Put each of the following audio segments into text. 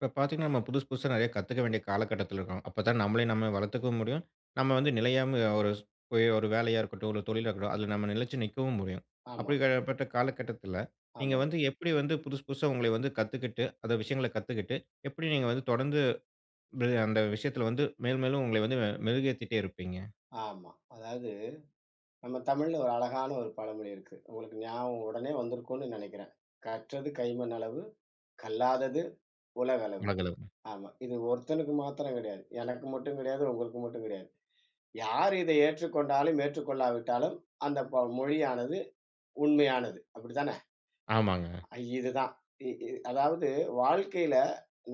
இப்ப பார்த்தீங்கன்னா, நம்ம புதுசு புதுசா நெறைய கத்துக்க வேண்டிய காலகட்டத்தில இருக்கோம். அப்பதான் நம்மளே நம்ம வளர்த்துக்கவும் முடியும். நம்ம வந்து நிலையாம ஒரு போய் ஒரு வேலையா இருக்கட்டும், ஒரு தொழிலா இருக்கட்டும், அதில நம்ம நிலைச்சு நிற்கவும் முடியும். ஆமா, அப்படிப்பட்ட காலகட்டத்தில, நீங்க ஆமாம், வந்து எப்படி வந்து புதுசு புதுசா உங்களை வந்து கத்துக்கிட்டு, அந்த விஷயங்கள கத்துக்கிட்டு, எப்படி நீங்க வந்து தொடர்ந்து அந்த விஷயத்தில வந்து மேலும் மேலும் உங்களை வந்து மெருகேத்திட்டே இருப்பீங்க? ஆமா. அதாவது நம்ம தமிழ்ல ஒரு அழகான ஒரு பழமொழி இருக்கு. உங்களுக்கு ஞாபகம் உடனே வந்திருக்கும்னு நெனைக்கிறேன். "கற்றது கைமண் அளவு, கல்லாதது உலகளவு." உலகளவுல. ஆமா. இது ஒருத்தனுக்கு மாத்திரம் கிடையாது. எனக்கு மட்டும் கிடையாது, உங்களுக்கு மட்டும் கிடையாது. யார் இதை ஏற்றுக்கொண்டாலும், ஏற்றுக்கொள்ளாவிட்டாலும் அந்த மொழியானது உண்மையானது. அப்படித்தானே? ஆமாங்க. இதுதான். இ இ அதாவது வாழ்க்கையில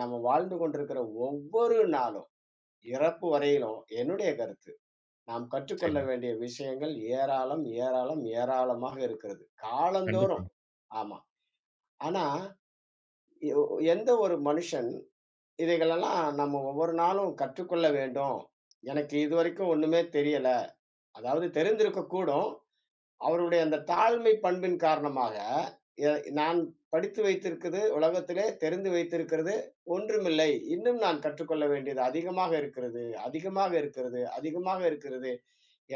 நம்ம வாழ்ந்து கொண்டிருக்கிற ஒவ்வொரு நாளும், இறப்பு வரையிலும் என்னுடைய கருத்து நாம் கற்றுக்கொள்ள சரிங்க. வேண்டிய விஷயங்கள் ஏராளம், ஏராளம், ஏராளமாக இருக்கிறது. கண்டிப்பா. காலந்தோறும். ஆமா. ஆனா, எ எந்த ஒரு மனுஷன் இவைகளெல்லாம் நம்ம ஒவ்வொரு நாளும் கற்றுக்கொள்ள வேண்டும். எனக்கு இதுவரைக்கும் ஒண்ணுமே தெரியல. அதாவது தெரிந்திருக்கக்கூடும். அவருடைய அந்த தாழ்மை பண்பின் காரணமாக, எ நான் படித்து வைத்திருக்குது உலகத்திலே தெரிந்து வைத்திருக்கிறது ஒன்றுமில்லை. இன்னும் நான் கற்றுக்கொள்ள வேண்டியது அதிகமாக இருக்கிறது, அதிகமாக இருக்கிறது, அதிகமாக இருக்கிறது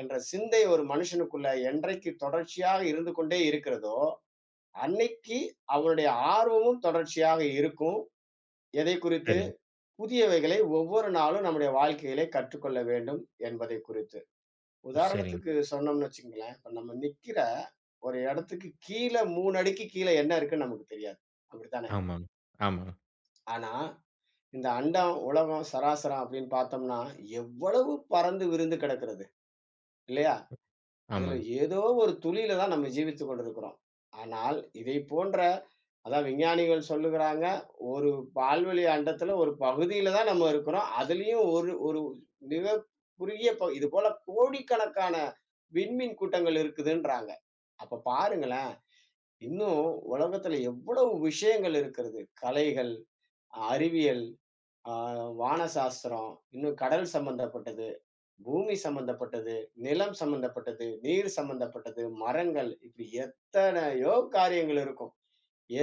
என்ற சிந்தை ஒரு மனுஷனுக்குள்ள என்றைக்கு தொடர்ச்சியாக இருந்து கொண்டே இருக்கிறதோ, அன்னைக்கு அவனுடைய ஆர்வமும் தொடர்ச்சியாக இருக்கும். எதை குறித்து? சரிங்க. புதியவைகளை ஒவ்வொரு நாளும் நம்முடைய வாழ்க்கையிலே கற்றுக்கொள்ள வேண்டும் என்பதை குறித்து. ஓ, சரிங்க. உதாரணத்துக்கு சொன்னோம்னு வச்சுக்கங்களேன், இப்ப நம்ம நிக்கிற ஒரு இடத்துக்கு கீழ 3 அடிக்கு கீழ என்ன இருக்குன்னு நமக்கு தெரியாது. அப்படித்தானே? ஆமாங்க. ஆமாங்க. ஆமாங்க. ஆனா, இந்த அண்டம், உலகம், சராசரம் அப்படின்னு பார்த்தோம்னா, எவ்வளவு பரந்து விரிந்து கிடக்கிறது. இல்லையா? அதுல ஆமாங்க. ஏதோ ஒரு துளியில தான் நம்ம ஜீவித்துக் கொண்டிருக்கிறோம். ஆனால் இதைப் போன்ற அதான் விஞ்ஞானிகள் சொல்லுகிறாங்க, ஒரு பால்வெளி அண்டத்துல ஒரு பகுதியில தான் நம்ம இருக்கிறோம். அதிலயும் ஒரு ஒரு மிகக் குறுகிய இது போல கோடிக்கணக்கான விண்மீன் கூட்டங்கள் இருக்குதுன்றாங்க. அப்ப பாருங்களேன், இன்னும் உலகத்துல எவ்வளவு விஷயங்கள் இருக்கிறது. கலைகள், அறிவியல், ஆ வான சாஸ்திரம், இன்னும் கடல் சம்பந்தப்பட்டது. பூமி சம்பந்தப்பட்டது, நிலம் சம்பந்தப்பட்டது, நீர் சம்பந்தப்பட்டது, மரங்கள் இப்படி எத்தனையோ காரியங்கள் இருக்கும்.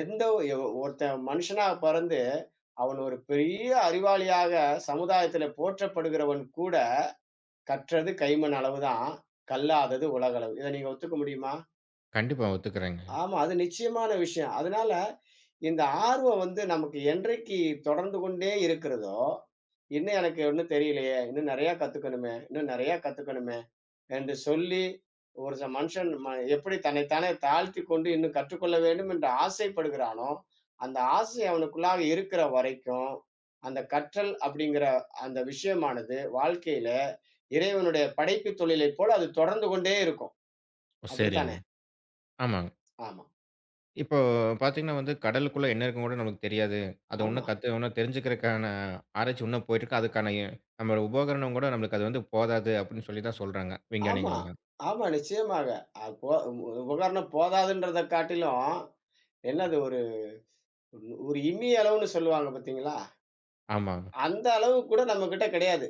எந்த எவ் ஒருத்தன் மனுஷனா பிறந்து, அவன் ஒரு பெரிய அறிவாளியாக சமுதாயத்தில போற்றப்படுகிறவன் கூட, கற்றது கைமண் அளவு தான், கல்லாதது உலகளவு. இத நீங்க ஒத்துக்க முடியுமா? கண்டிப்பா ஒத்துக்கிறேங்க. ஆமா, அது நிச்சயமான விஷயம். அதனால இந்த ஆர்வம் வந்து நமக்கு என்றைக்கு தொடர்ந்து கொண்டே இருக்கிறதோ, "இன்னும் எனக்கு ஒண்ணும் தெரியலையே, இன்னும் நெறையா கத்துக்கணுமே, இன்னும் நெறையா கத்துக்கணுமே." என்று சொல்லி மனுஷன் எப்படி தன்னைத்தானே தாழ்த்தி கொண்டு இன்னும் கற்றுக்கொள்ள வேண்டும் என்று ஆசைப்படுகிறானோ அந்த ஆசை அவனுக்குள்ளாக இருக்கிற வரைக்கும் அந்த கற்றல் அப்படிங்கிற அந்த விஷயமானது வாழ்க்கையில இறைவனுடைய படைப்பு தொழிலை போல அது தொடர்ந்து கொண்டே இருக்கும். ஓ, சரிங்க. அப்படித்தானே? ஆமாங்க. ஆமா, இப்போ பார்த்தீங்கன்னா வந்து கடலுக்குள்ள என்ன இருக்குன்னு கூட நமக்கு தெரியாது. அத ஆமா, இன்னும் கத்து இன்னும் தெரிஞ்சுக்கிறதுக்கான ஆராய்ச்சி இன்னும் போயிட்டுருக்கு. அதுக்கான நம்மளோட உபகரணம் கூட நம்மளுக்கு அது வந்து போதாது அப்படின்னு சொல்லி தான் சொல்றாங்க, ஆமா, விஞ்ஞானிகள் எல்லாம். ஆமா, நிச்சயமாக. அது உபகரணம் போதாதுன்றதை காட்டிலும் என்னது ஒரு ஒரு இம்மி அளவுன்னு சொல்லுவாங்க. பாத்தீங்களா? ஆமாங்க. அந்த அளவு கூட நம்மகிட்ட கிடையாது.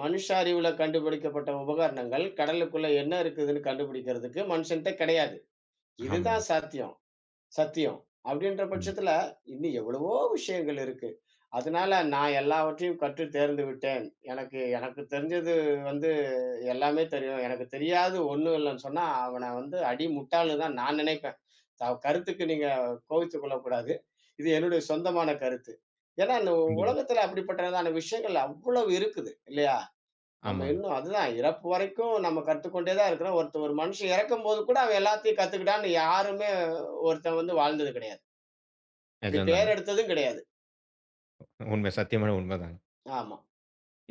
மனுஷாரிவுல கண்டுபிடிக்கப்பட்ட உபகரணங்கள், கடலுக்குள்ள என்ன இருக்குதுன்னு கண்டுபிடிக்கிறதுக்கு மனுஷன்ட்ட கிடையாது. ஆமா. இதுதான் சாத்தியம், சத்தியம். அப்படின்ற ம். பட்சத்துல, இன்னும் எவ்வளவோ விஷயங்கள் இருக்கு. அதனால நான் எல்லாவற்றையும் கற்று தேர்ந்து விட்டேன். எனக்கு எனக்கு தெரிஞ்சது வந்து எல்லாமே தெரியும். எனக்கு தெரியாது ஒண்ணும் இல்லன்னு சொன்னா, அவன வந்து அடி முட்டாள்ன்னு தான் நான் நினைப்பேன். கருத்துக்கு நீங்க கோவித்துக் கொள்ளக்கூடாது. இது என்னுடைய சொந்தமான கருத்து. ஏன்னா, இந்த கண்டிப்பா. உலகத்துல அப்படிப்பட்டதான விஷயங்கள் அவ்வளவு இருக்குது இல்லையா? நம்ம ஆமாங்க. இன்னும் அதுதான் இறப்பு வரைக்கும் நம்ம கத்துக்கொண்டே தான் இருக்கிறோம். ஒரு மனுஷன் இறக்கும்போது கூட அவன் எல்லாத்தையும் கத்துக்கிட்டான்னு யாருமே ஒருத்தன் வந்து வாழ்ந்தது கிடையாது. அப்படி நிஜம்தாங்க. பேர் எடுத்ததும் கிடையாது. உண்மை. சத்தியமான உண்மைதாங்க. ஆமா,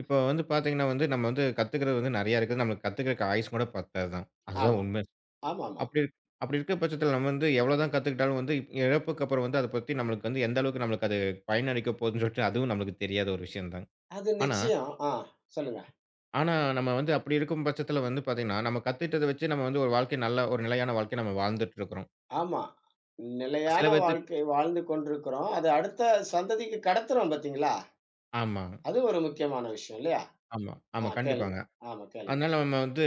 இப்போ வந்து பார்த்தீங்கன்னா வந்து நம்ம வந்து கத்துக்கிறது வந்து நெறையா இருக்குது. நம்மளுக்கு கத்துக்கிறக்கு ஆயுசு கூட பத்தாது தான். அதுதான் ஆமா, உண்மை. ஆமாமா. அப்படி இருக் அப்படி இருக்க பட்சத்தில நம்ம வந்து எவ்வளோதான் கத்துக்கிட்டாலும் வந்து இறப்புக்கு அப்புறம் வந்து அத பத்தி நம்மளுக்கு வந்து எந்த அளவுக்கு நம்மளுக்கு அது பயனளிக்க போகுதுன்னு சொல்லிட்டு அதுவும் நம்மளுக்கு தெரியாத ஒரு விஷயம் தான். அது ஆனா நிச்சயம். ஆ, சொல்லுங்க. ஆனா, நம்ம வந்து அப்படி இருக்கும் பட்சத்தில வந்து பார்த்தீங்கன்னா, நம்ம கத்துக்கிட்டத வச்சு நம்ம வந்து ஒரு வாழ்க்கை நல்ல ஒரு நிலையான வாழ்க்கைய நம்ம வாழ்ந்துட்டு இருக்கிறோம். ஆமா. நிலையான சில பேத்துக்கு வாழ்க்கை வாழ்ந்து கொண்டிருக்கிறோம். அத அடுத்த சந்ததிக்கு கடத்துறோம் பார்த்தீங்களா? ஆமா, அது ஒரு முக்கியமான விஷயம் இல்லையா? ஆமா, ஆமா. ஆ கண்டிப்பாங்க. கேளுங்க. ஆமா கேளுங்க. அதனால நம்ம வந்து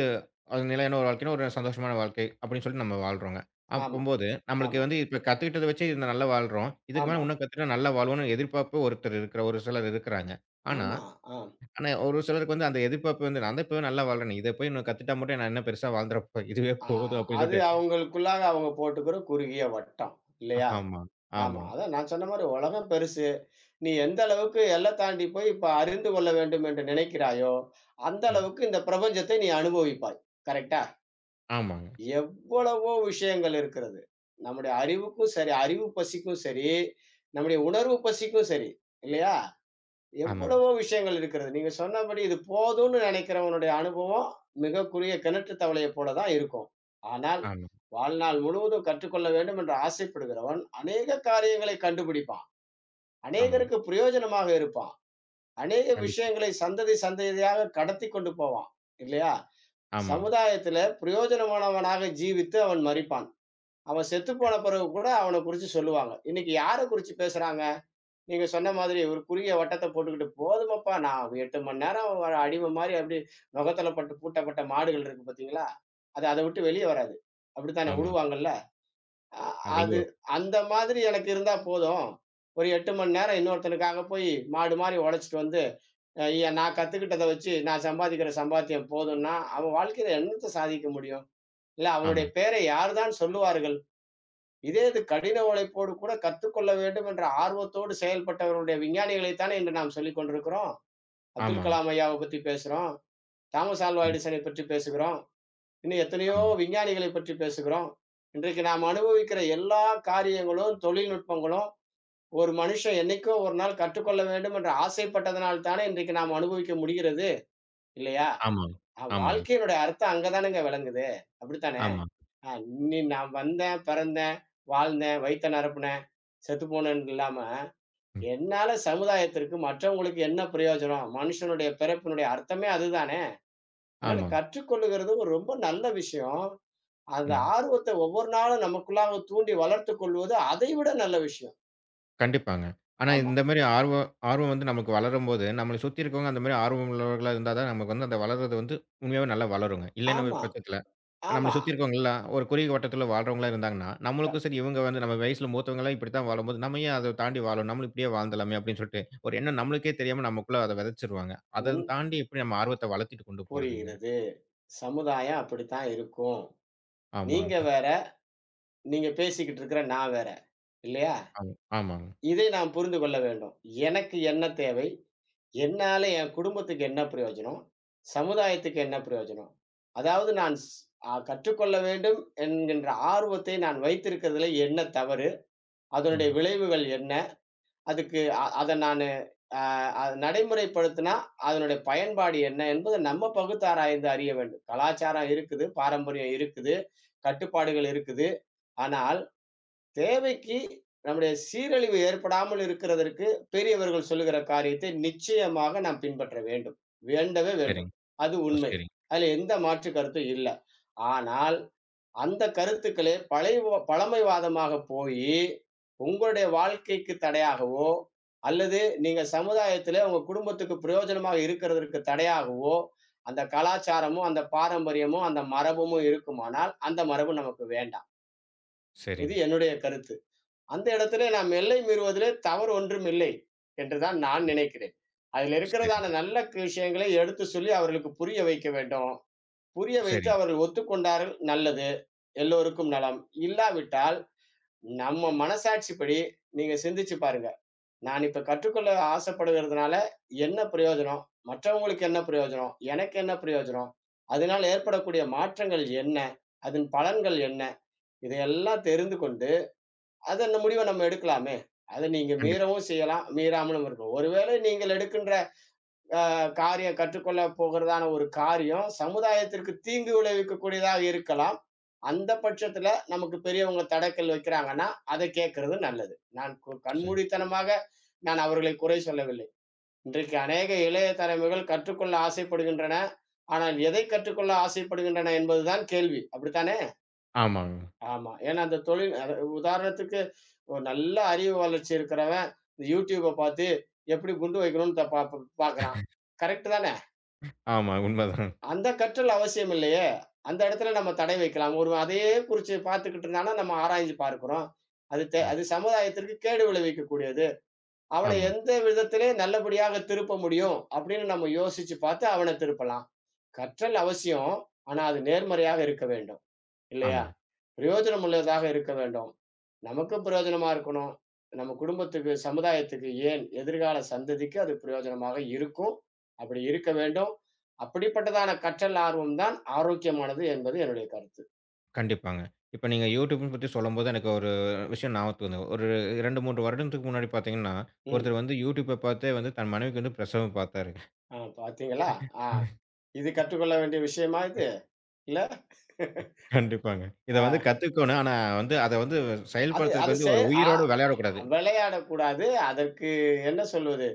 அது நிலையான ஒரு வாழ்க்கைன்னா, ஒரு சந்தோஷமான வாழ்க்கை அப்படின்னு சொல்லிட்டு நம்ம வாழ்றோங்க. ஆமா, அப்பம்போது நம்மளுக்கு ஆமா, வந்து இப்ப கத்துக்கிட்டத வச்சு இந்த நல்லா வாழ்றோம். இதுக்கு ஆமா, மேல இன்னும் கத்துக்கிட்டா நல்லா வாழ்வோம்னு எதிர்பார்ப்பு ஒருத்தர் இருக்கிற ஒரு சிலர் இருக்கிறாங்க. ஆனா, ஆமா. ஆ. ஆனா ஒரு சிலருக்கு வந்து அந்த எதிர்பார்ப்பு வந்து நான் தான் இப்பவே நல்லா வாழ்றேனே, இத போய் இன்னும் கத்துட்டா மட்டும் நான் என்ன பெருசா வாழ்ந்துற போ இதுவே ஆ போதும் அப்படின்னு அது சொல்லிட்டு அவங்களுக்குள்ளாக அவங்க போட்டுக்கிற குறுகிய வட்டம் இல்லையா? ஆமா, ஆமா. ஆமா. அதான் நான் சொன்ன மாரி உலகம் பெருசு. நீ எந்த அளவுக்கு எல்லை தாண்டி போய் இப்ப அறிந்து கொள்ள வேண்டும் என்று நினைக்கிறாயோ, அந்த ம். அளவுக்கு இந்த பிரபஞ்சத்தை நீ அனுபவிப்பாய். கரெக்ட்டா? ஆமாங்க. எவ்வளவோ விஷயங்கள் இருக்கிறது. நம்முடைய அறிவுக்கும் சரி, அறிவு பசிக்கும் சரி, நம்முடைய உணர்வு பசிக்கும் சரி, இல்லையா? ஆமா. எவ்வளவோ விஷயங்கள் இருக்கிறது. நீங்க சொன்னபடி இது போதும்னு நெனைக்கிறவனுடைய அனுபவம் மிகக் குறுகிய கிணற்று தவளையைப் போல தான் இருக்கும். ஆனால், ஆமா, வாழ்நாள் முழுவதும் கற்றுக்கொள்ள வேண்டும் என்று ஆசைப்படுகிறவன், அநேக காரியங்களைக் கண்டுபிடிப்பான். ஆமா. அநேகருக்கு பிரயோஜனமாக இருப்பான். அநேக கண்டிப்பா. விஷயங்களை சந்ததி சந்ததியாக கடத்திக் கொண்டு போவான். இல்லையா? ஆமா, சமுதாயத்தில பிரயோஜனமானவனாக ஜீவித்து அவன் மரிப்பான். அவன் செத்து போன பிறகு கூட அவன குறிச்சு சொல்லுவாங்க. இன்னைக்கு யார குறிச்சு பேசுறாங்க? நீங்க சொன்ன மாதிரி ஒரு குறுகிய வட்டத்த போட்டுக்கிட்டு, போதுமப்பா நான் 8 மணி நேரம் ஒரு அடிமை மாரி அப்டி நொகத்துல பட்டு பூட்டப்பட்ட மாடுகள் இருக்கு பாத்தீங்களா? அது அத விட்டு வெளிய வராது. அப்டித்தானே ஆமா. உழுவாங்கல்ல. அ அதையும் அது ஒரு அந்த மாதிரி எனக்கு இருந்தா போதும். ஒரு 8 மணி நேரம் இன்னொருத்தனுக்காக போய் மாடு மாரி உழைச்சுட்டு வந்து, அ எ நான் கத்துக்கிட்டத வச்சு நான் சம்பாதிக்கிற சம்பாத்தியம் போதும்னா, அவன் வாழ்க்கையில என்னத்த சாதிக்க முடியும்? இல்ல ஆமா, அவனுடைய பேரை யார் தான் சொல்லுவார்கள்? இதே இது கடின உழைப்போடு கூட கத்துக்கொள்ள வேண்டும் என்ற ஆர்வத்தோடு செயல்பட்டவர்களுடைய விஞ்ஞானிகளைத்தானே இன்று நாம் சொல்லிக் கொண்டிருக்கிறோம். அப்துல் ஆமா. கலாம் ஐயாவ பத்தி பேசுறோம். தாமஸ் ஆல்வா கண்டிப் எடிசனை பற்றி பேசுகிறோம். இன்னும் எத்தனையோ ஆமா, விஞ்ஞானிகளைப் பற்றி பேசுகிறோம். இன்றைக்கு நாம் அனுபவிக்கிற எல்லா காரியங்களும், தொழில்நுட்பங்களும் ஒரு மனுஷன் என்னைக்கோ ஒரு நாள் கற்றுக்கொள்ள வேண்டும் என்று ஆசைப்பட்டதனால் தானே இன்றைக்கு நாம் அனுபவிக்க முடிகிறது இல்லையா? ஆமா, ஆமா, வாழ்க்கையினுடைய அர்த்தம் அங்க தானங்க விளங்குது. அப்படித்தானே? ஆமா, ஆ நீ நான் வந்தேன், பிறந்தேன், வாழ்ந்தேன், வயித்த நிரப்புனேன், செத்து போனேன்னு இல்லாம, ம், என்னால சமுதாயத்திற்கு மற்றவங்களுக்கு என்ன பிரயோஜனம்? மனுஷனுடைய பிறப்பினுடைய அர்த்தமே அதுதானே! அதனால ஆமா, கற்றுக்கொள்ளுகிறது ஒரு ரொம்ப நல்ல விஷயம். அந்த ம். ஆர்வத்த ஒவ்வொரு நாளும் நமக்குள்ளாக தூண்டி வளர்த்துக் கொள்வது அதை விட நல்ல விஷயம். கண்டிப்பாங்க. ஆனா ஆமா, இந்த மாரி ஆர்வம் ஆர்வம் வந்து நமக்கு வளரும்போது, நம்மள சுத்தி இருக்கவங்க அந்த மாரி ஆர்வம் உள்ளவர்களா இருந்தா தான் நமக்கு வந்து அந்த வளர்றது வந்து உண்மையாவே நல்லா வளருங்க. இல்லைன்னு ஆமா, பட்சத்தில நம்மள ஆமா. சுத்தி இருக்கவங்கலாம், ஒரு குறுகிய வட்டத்துல வாழ்றவங்களா இருந்தாங்கன்னா, க நம்மளுக்கும் சரி இவங்க வந்து நம்ம வயசுல மூத்தவங்கலாம் இப்படித்தான் வாழும்போது, நம்ம ஏன் அத தாண்டி வாழணும்? நம்மளும் இப்படியே வாழ்ந்துடலாமே அப்படின்னு சொல்லிட்டு, ஒரு எண்ணம் நம்மளுக்கே தெரியாம நமக்குள்ள அத விதைச்சுருவாங்க. அத உங் தாண்டி எப்படி நம்ம ஆர்வத்த வளர்த்திட்டு கொண்டு போறதுங்க? புரிகிறது. சமுதாயம் அப்படித்தான் இருக்கும். நீங்க ஆமாங்க. வேற, நீங்க பேசிக்கிட்டு இருக்கிற நான் வேற. இல்லையா? ஆமா. ஆமாங்க. இதை நாம் புரிந்து கொள்ள வேண்டும். எனக்கு என்ன தேவை? என்னால என் குடும்பத்துக்கு என்ன பிரயோஜனம்? சமுதாயத்துக்கு என்ன பிரயோஜனம்? அதாவது நான் ஸ் அ கற்றுக்கொள்ள வேண்டும் என்கின்ற ஆர்வத்தை நான் வைத்திருக்கிறதுல என்ன தவறு? அதனுடைய ம். விளைவுகள் என்ன? அதுக்கு அ அத நானு அ அத நடைமுறைப்படுத்தினா அதனுடைய பயன்பாடு என்ன என்பது நம்ம பகுத்தாராய்ந்து அறிய வேண்டும். கலாச்சாரம் இருக்குது, பாரம்பரியம் இருக்குது, கட்டுப்பாடுகள் இருக்குது. ஆனால் தேவைக்கு நம்முடைய சீரழிவு ஏற்படாமல் இருக்கிறதற்கு பெரியவர்கள் சொல்லுகிற காரியத்தை நிச்சயமாக நாம் பின்பற்ற வேண்டும். வேண்டவே வேண்டும். சரிங்க. அது ஓ, உண்மை. சரிங்க. அதுல எந்த மாற்று கருத்தும் இல்ல. ஆனால் அந்த கருத்துக்களே பழமைவாதமாக போயி, உங்களுடைய வாழ்க்கைக்கு தடையாகவோ, அல்லது நீங்க சமுதாயத்தில உங்க குடும்பத்துக்கு பிரயோஜனமாக இருக்கிறதற்கு தடையாகவோ, அந்த கலாச்சாரமும், அந்த பாரம்பரியமும், அந்த மரபுமும் இருக்குமானால், அந்த மரபு நமக்கு வேண்டாம். இது சரிங்க. என்னுடைய கருத்து. அந்த இடத்திலே நாம் எல்லை மீறுவதிலே தவறு ஒன்றும் இல்லை என்றுதான் ஓ, நான் சரி. நினைக்கிறேன். அதில் ஓ, இருக்கிறதான சரிங்க. நல்ல விஷயங்களை எடுத்து சொல்லி அவர்களுக்கு புரிய வைக்க வேண்டும். புரிய வைத்து சரிங்க. அவர்கள் ஒத்துக்கொண்டார்கள் நல்லது. எல்லோருக்கும் நலம். இல்லாவிட்டால் நம்ம மனசாட்சிப்படி நீங்க சிந்திச்சு பாருங்க. நான் இப்ப கற்றுக்கொள்ள ஆசைப்படுகிறதுனால என்ன பிரயோஜனம்? மற்றவங்களுக்கு என்ன பிரயோஜனம்? எனக்கு என்ன பிரயோஜனம்? அதனால் ஏற்படக்கூடிய மாற்றங்கள் என்ன? அதன் பலன்கள் என்ன? இதையெல்லாம் தெரிந்து கொண்டு அது அந்த முடிவ நம்ம எடுக்கலாமே! அத நீங்க கண்டிப்பா. மீறவும் செய்யலாம், மீறாமலும் இருக்கலாம். ஒருவேளை நீங்கள் எடுக்கின்ற அ காரியம் கற்றுக்கொள்ள போகிறதான ஒரு காரியம், சமுதாயத்திற்கு தீங்கு விளைவிக்கக்கூடியதாக இருக்கலாம். அந்த பட்சத்துல நமக்கு பெரியவங்க தடக்கல் வைக்கிறாங்கன்னா, அத கேட்கிறது நல்லது. நான் சரி. கண்மூடித்தனமாக நான் அவர்களை குறை சொல்லவில்லை. இன்றைக்கு அநேக இளைய தலைமுறைகள் கற்றுக்கொள்ள ஆசைப்படுகின்றன. ஆனால் எதை கற்றுக்கொள்ள ஆசைப்படுகின்றன என்பதுதான் கேள்வி. அப்படித்தானே? ஆமாங்க. ஆமா. ஏன்னா அந்த தொழில் அ உதாரணத்துக்கு ஒரு நல்ல அறிவு வளர்ச்சி இருக்கிறவன் இந்த யூடியூப பார்த்து எப்படி குண்டு வைக்கணும்னு த- பா- பா- பார்க்கறான். கரெக்ட் தானே? ஆமா. உண்மதான். அந்த கற்றல் அவசியம் இல்லையே. அந்த இடத்துல நம்ம தடை வைக்கலாம். ஒரு அதையே குறிச்சு பார்த்துக்கிட்டு இருந்தானா நம்ம ஆராய்ஞ்சு பார்க்கிறோம். அது தே- ஆமா. அது சமுதாயத்திற்கு கேடு விளைவிக்கக்கூடியது. அவனை ஆமா. எந்த விதத்திலே நல்லபடியாக திருப்ப முடியும் அப்படின்னு நம்ம யோசிச்சு பார்த்து அவனை திருப்பலாம். கற்றல் அவசியம். ஆனா அது நேர்மறையாக இருக்க வேண்டும். இல்லையா? ஆமா. பிரயோஜனம் உள்ளதாக இருக்க வேண்டும். நமக்கும் பிரயோஜனமா இருக்கணும். நம்ம குடும்பத்துக்கு, சமுதாயத்துக்கு ஏன் எதிர்கால சந்ததிக்கு அது பிரயோஜனமாக இருக்கும். அப்படி இருக்க வேண்டும். அப்படிப்பட்டதான கற்றல் ஆர்வம் தான் ஆரோக்கியமானது என்பது என்னுடைய கருத்து. கண்டிப்பாங்க. இப்ப நீங்க யூடியூப் பத்தி சொல்லும்போது, எனக்கு ஒரு விஷயம் ஞாபகத்துக்கு வந்தது. ஒரு 2, 3 வருடத்துக்கு முன்னாடி பார்த்தீங்கன்னா, ம். ஒருத்தர் வந்து யூடியூப்ப பார்த்தே வந்து தன் மனைவிக்கு வந்து பிரசவம் பார்த்தாரு. பாத்தீங்களா? ஆ. இது கற்றுக்கொள்ள வேண்டிய விஷயமா இது? இல்ல? கண்டிப்பாங்க. இத ஆ. வந்து கத்துக்கணும். ஆனா வந்து அத வந்து அது அது செயல்படுத்துறதுக்கு வந்து செ ஒரு அ உயிரோட விளையாடக்கூடாது. விளையாடக்கூடாது. அதற்கு என்ன சொல்வது?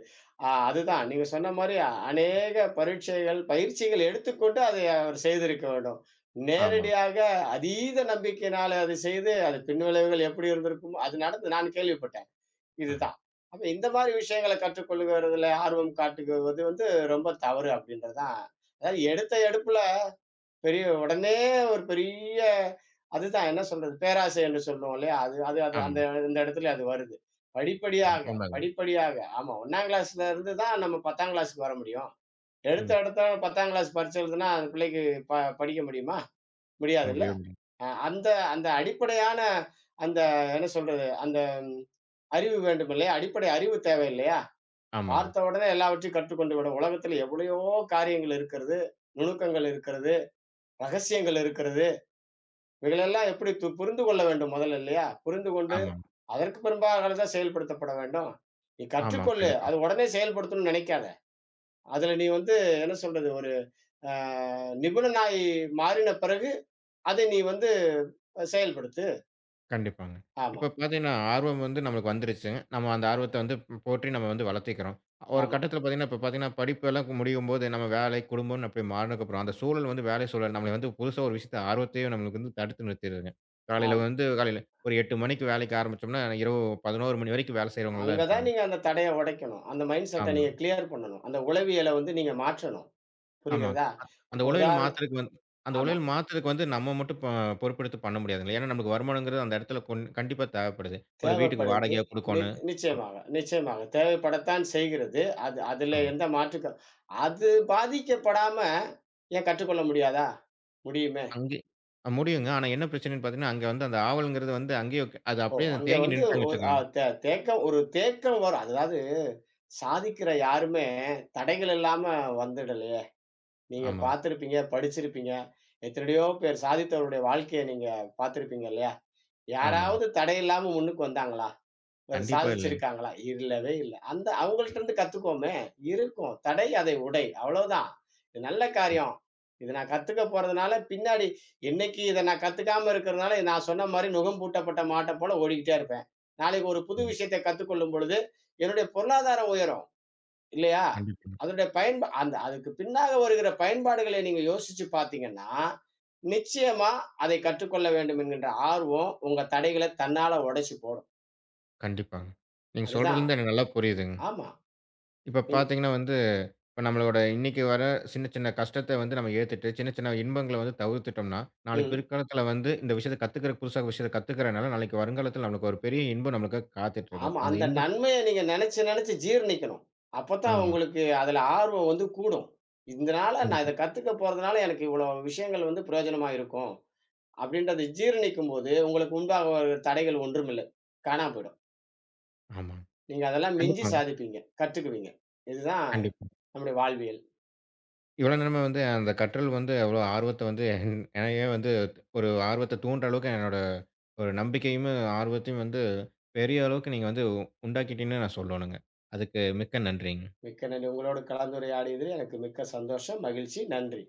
அதுதான் நீங்க சொன்ன மாரி அநேக பரீட்சைகள், பயிற்சிகள் எடுத்துக்கொண்டு அதை அவர் செய்திருக்க வேண்டும். ஆமா. நேரடியாக அதீத நம்பிக்கையினால அதை செய்து, அது பின்விளைவுகள் எப்படி இருந்திருக்குமோ அது நடந்து நான் கேள்விப்பட்டேன். இதுதான். அப்ப இந்த மாரி விஷயங்கள கற்றுக்கொள்ளுகிறதுல ஆர்வம் காட்டுகிறது வந்து ரொம்ப தவறு அப்படின்றதுதான். அதாவது எடுத்த எடுப்புல பெரிய உடனே ஒரு பெரிய அதுதான் என்ன சொல்றது? பேராசை என்று சொல்லுவோம் இல்லையா? அது அது அது ஆமா. அந்த இந்த இடத்துல அது வருது. படிப்படியாக, உண்மதான். படிப்படியாக. ஆமா, 1ஆம் கிளாஸ்ல இருந்து தான் நம்ம 10ஆம் கிளாஸ்க்கு வர முடியும். எடுத்த ம். எடுத்த 10ஆம் கிளாஸ் பரீட்சை எழுதுனா, அந்த பிள்ளைக்கு ப படிக்க முடியுமா? முடியாதுல்ல. முடியவே முடியாது. அ அந்த அந்த அடிப்படையான அந்த என்ன சொல்றது? அந்த அறிவு வேண்டும் இல்லையா? அடிப்படை அறிவு தேவை இல்லையா? ஆமாங்க. பார்த்த உடனே எல்லாவற்றையும் கற்றுக்கொண்டு விட உலகத்துல எவ்வளையோ காரியங்கள் இருக்கிறது. நுணுக்கங்கள் இருக்கிறது. ரகசியங்கள் இருக்கிறது. இவைகளெல்லாம் எப்படி புரிந்து கொள்ள வேண்டும் முதல்ல இல்லையா? புரிந்து கொண்டு, ஆமாங்க. அதற்கு பெரும்பாக தான் செயல்படுத்தப்பட வேண்டும். நீ ஆமா. கற்றுக்கொள்ளு. கண்டிப்பா. அது உடனே செயல்படுத்தணும்னு நினைக்காத. அதுல நீ வந்து என்ன சொல்றது? ஒரு அ நிபுணனாய் மாறின பிறகு, அதை நீ வந்து செயல்படுத்து. கண்டிப்பாங்க. ஆமா, இப்ப பார்த்தீங்கன்னா, ஆர்வம் வந்து நம்மளுக்கு வந்துருச்சு. நம்ம அந்த ஆர்வத்த வந்து போற்றி நம்ம வந்து வளர்த்திக்கிறோம். ஒரு ஆமாம், கட்டத்தில பார்த்தீங்கன்னா, இப்ப பார்த்தீங்கன்னா படிப்பெல்லாம் முடியும்போது, நம்ம வேலை, குடும்பம்னு அப்படி மாறுனதுக்கப்புறம், அந்த சூழல் வந்து வேலை சூழல் நம்மள வந்து புதுசா ஒரு விஷயத்த ஆர்வத்தையே நம்மளுக்கு வந்து தடுத்து நிறுத்திருதுங்க. காலையில ஆம். வந்து காலையில ஒரு 8 மணிக்கு வேலைக்கு ஆரம்பிச்சோம்னா, இரவு 11 மணி வரைக்கும் வேலை செய்றவங்கலாம் அங்க தான் இருக்கிறாங்க. நீங்க அந்த தடைய உடைக்கணும். அந்த மைண்ட் செட்ட ஆமா, நீங்க கிளியர் பண்ணணும். அந்த உளவியல வந்து நீங்க மாற்றணும். ஆமா. புரிகிறதா? அந்த இப்போ உளைச்சல் மாத்துறதுக்கு வந்து அந்த ஆமா. உளைச்சல் மாத்துறதுக்கு வந்து நம்ம மட்டும் பொறுப்பெடுத்து பண்ண முடியாதுங்க. ஏன்னா, நமக்கு வருமானம்ங்கிறது அந்த இடத்துல கண்டிப்பா தேவைப்படுது. ஒரு வீட்டுக்கு தேவைப்படுது. வாடகையா நி குடுக்கோணும். அம் நிச்சயமாக, நிச்சயமாக. தேவைப்படத்தான் செய்கிறது. அது அதுல ஆமா. எந்த மாற்று அது பாதிக்கப்படாம ஏன் கற்றுக்கொள்ள முடியாதா? முடியுமே! அங்கே முடியுங்க. ஆனா என்ன பிரச்சனைன்னு பார்த்தீங்கன்னா, அங்க வந்து அந்த ஆவல்ங்கிறது வந்து அங்கேயே அது ஓ! அப்படியே அங்க தேங்கி வந்து நின்னுட்டாங்கன்னு ஒரு அ வச்சுக்கோங்க. தே தேக்கம் ஒரு தேக்கம் வரும். அதாவது சாதிக்கிற யாருமே தடைகள் இல்லாம வந்துடலையே! நீங்க ஆமா, பார்த்திருப்பீங்க, படிச்சிருப்பீங்க. எத்தனையோ பேர் சாதித்தவருடைய வாழ்க்கைய நீங்க பார்த்திருப்பீங்க இல்லையா? ஆமாங்க. யாராவது தடை இல்லாம முன்னுக்கு வந்தாங்களா? கண்டிப்பா இல்லைங்க. சாதிச்சிருக்காங்களா? இல்லவே இல்ல. அந்த அவங்கள்ட்ட இருந்து கத்துக்குவோமே! இருக்கும். தடை அதை உடை. அவ்வளவுதான். இது நல்ல காரியம். இத நான் கத்துக்க போறதுனால, பின்னாடி இன்னைக்கு இத நான் கத்துக்காம இருக்கிறதுனால, நான் சொன்ன மாரி நுகம் பூட்டப்பட்ட மாட்ட போல ஓடிக்கிட்டே இருப்பேன். நாளைக்கு ஒரு புது ம். விஷயத்த கத்துக்கொள்ளும் பொழுது, என்னுடைய பொருளாதாரம் உயரும். இல்லையா? கண்டிப்பாங்க, அதனுடைய பயன்பா அந்த அதுக்கு பின்னாக வருகிற பயன்பாடுகளை நீங்க யோசிச்சு பார்த்தீங்கன்னா, நிச்சயமா அதை கற்றுக்கொள்ள வேண்டும் என்கின்ற ஆர்வம், உங்க தடைகள தன்னால உடைச்சு போடும். கண்டிப்பாங்க. நீங்க அதுதான். சொல்றதுலருந்து எனக்கு நல்லா புரியுதுங்க. ஆமா. இப்ப நீங்க பார்த்தீங்கன்னா வந்து, இப்ப நம்மளோட இன்னைக்கு வர சின்ன சின்ன கஷ்டத்த வந்து நம்ம ஏத்துட்டு, சின்ன சின்ன இன்பங்கள வந்து தவிர்த்துட்டோம்ன்னா, நாளைக்கு ம். பிற்காலத்துல வந்து இந்த விஷயத்த கத்துக்கிற புதுசா விஷயத்த கத்துக்கிறனால, நாளைக்கு வருங்காலத்துல நம்மளுக்கு ஒரு பெரிய இன்பம் நம்மளுக்காக காத்துட்டு இருக்கு. ஆமா. அந்த அந்த இன்ப நன்மைய நீங்க நெனச்சு, நெனச்சு ஜீரணிக்கணும். அப்பத்தான் ஆமா. உங்களுக்கு அதுல ஆர்வம் வந்து கூடும். இதனால நான் கண்டிப்பா. இத கத்துக்க போறதுனால எனக்கு இவ்வளோ விஷயங்கள் வந்து பிரயோஜனமா இருக்கும். அப்படின்றத ஜீரணிக்கும்போது, உங்களுக்கு உண்டாக ஒரு தடைகள் ஒன்றுமில்லை. காணாம போயிடும். ஆமாங்க. நீங்க அதெல்லாம் மிஞ்சி கண்டிப்பாங்க. சாதிப்பீங்க. கத்துக்குவீங்க. இதுதான் கண்டிப்பா. நம்முடைய வாழ்வியல். இவ்வளோ நேரமா வந்து அந்த கற்றல் வந்து அவ்வளோ ஆர்வத்த வந்து என்னையே வந்து ஒரு ஆர்வத்த தூண்டுற அளவுக்கு என்னோட ஒரு நம்பிக்கையும், ஆர்வத்தையும் வந்து பெரிய அளவுக்கு நீங்க வந்து உண்டாக்கிட்டீங்கன்னு நான் சொல்லணுங்க. அதுக்கு மிக்க நன்றிங்க. மிக்க நன்றி. உங்களோடு கலந்துரையாடியதில் எனக்கு மிக்க சந்தோஷம், மகிழ்ச்சி. நன்றி.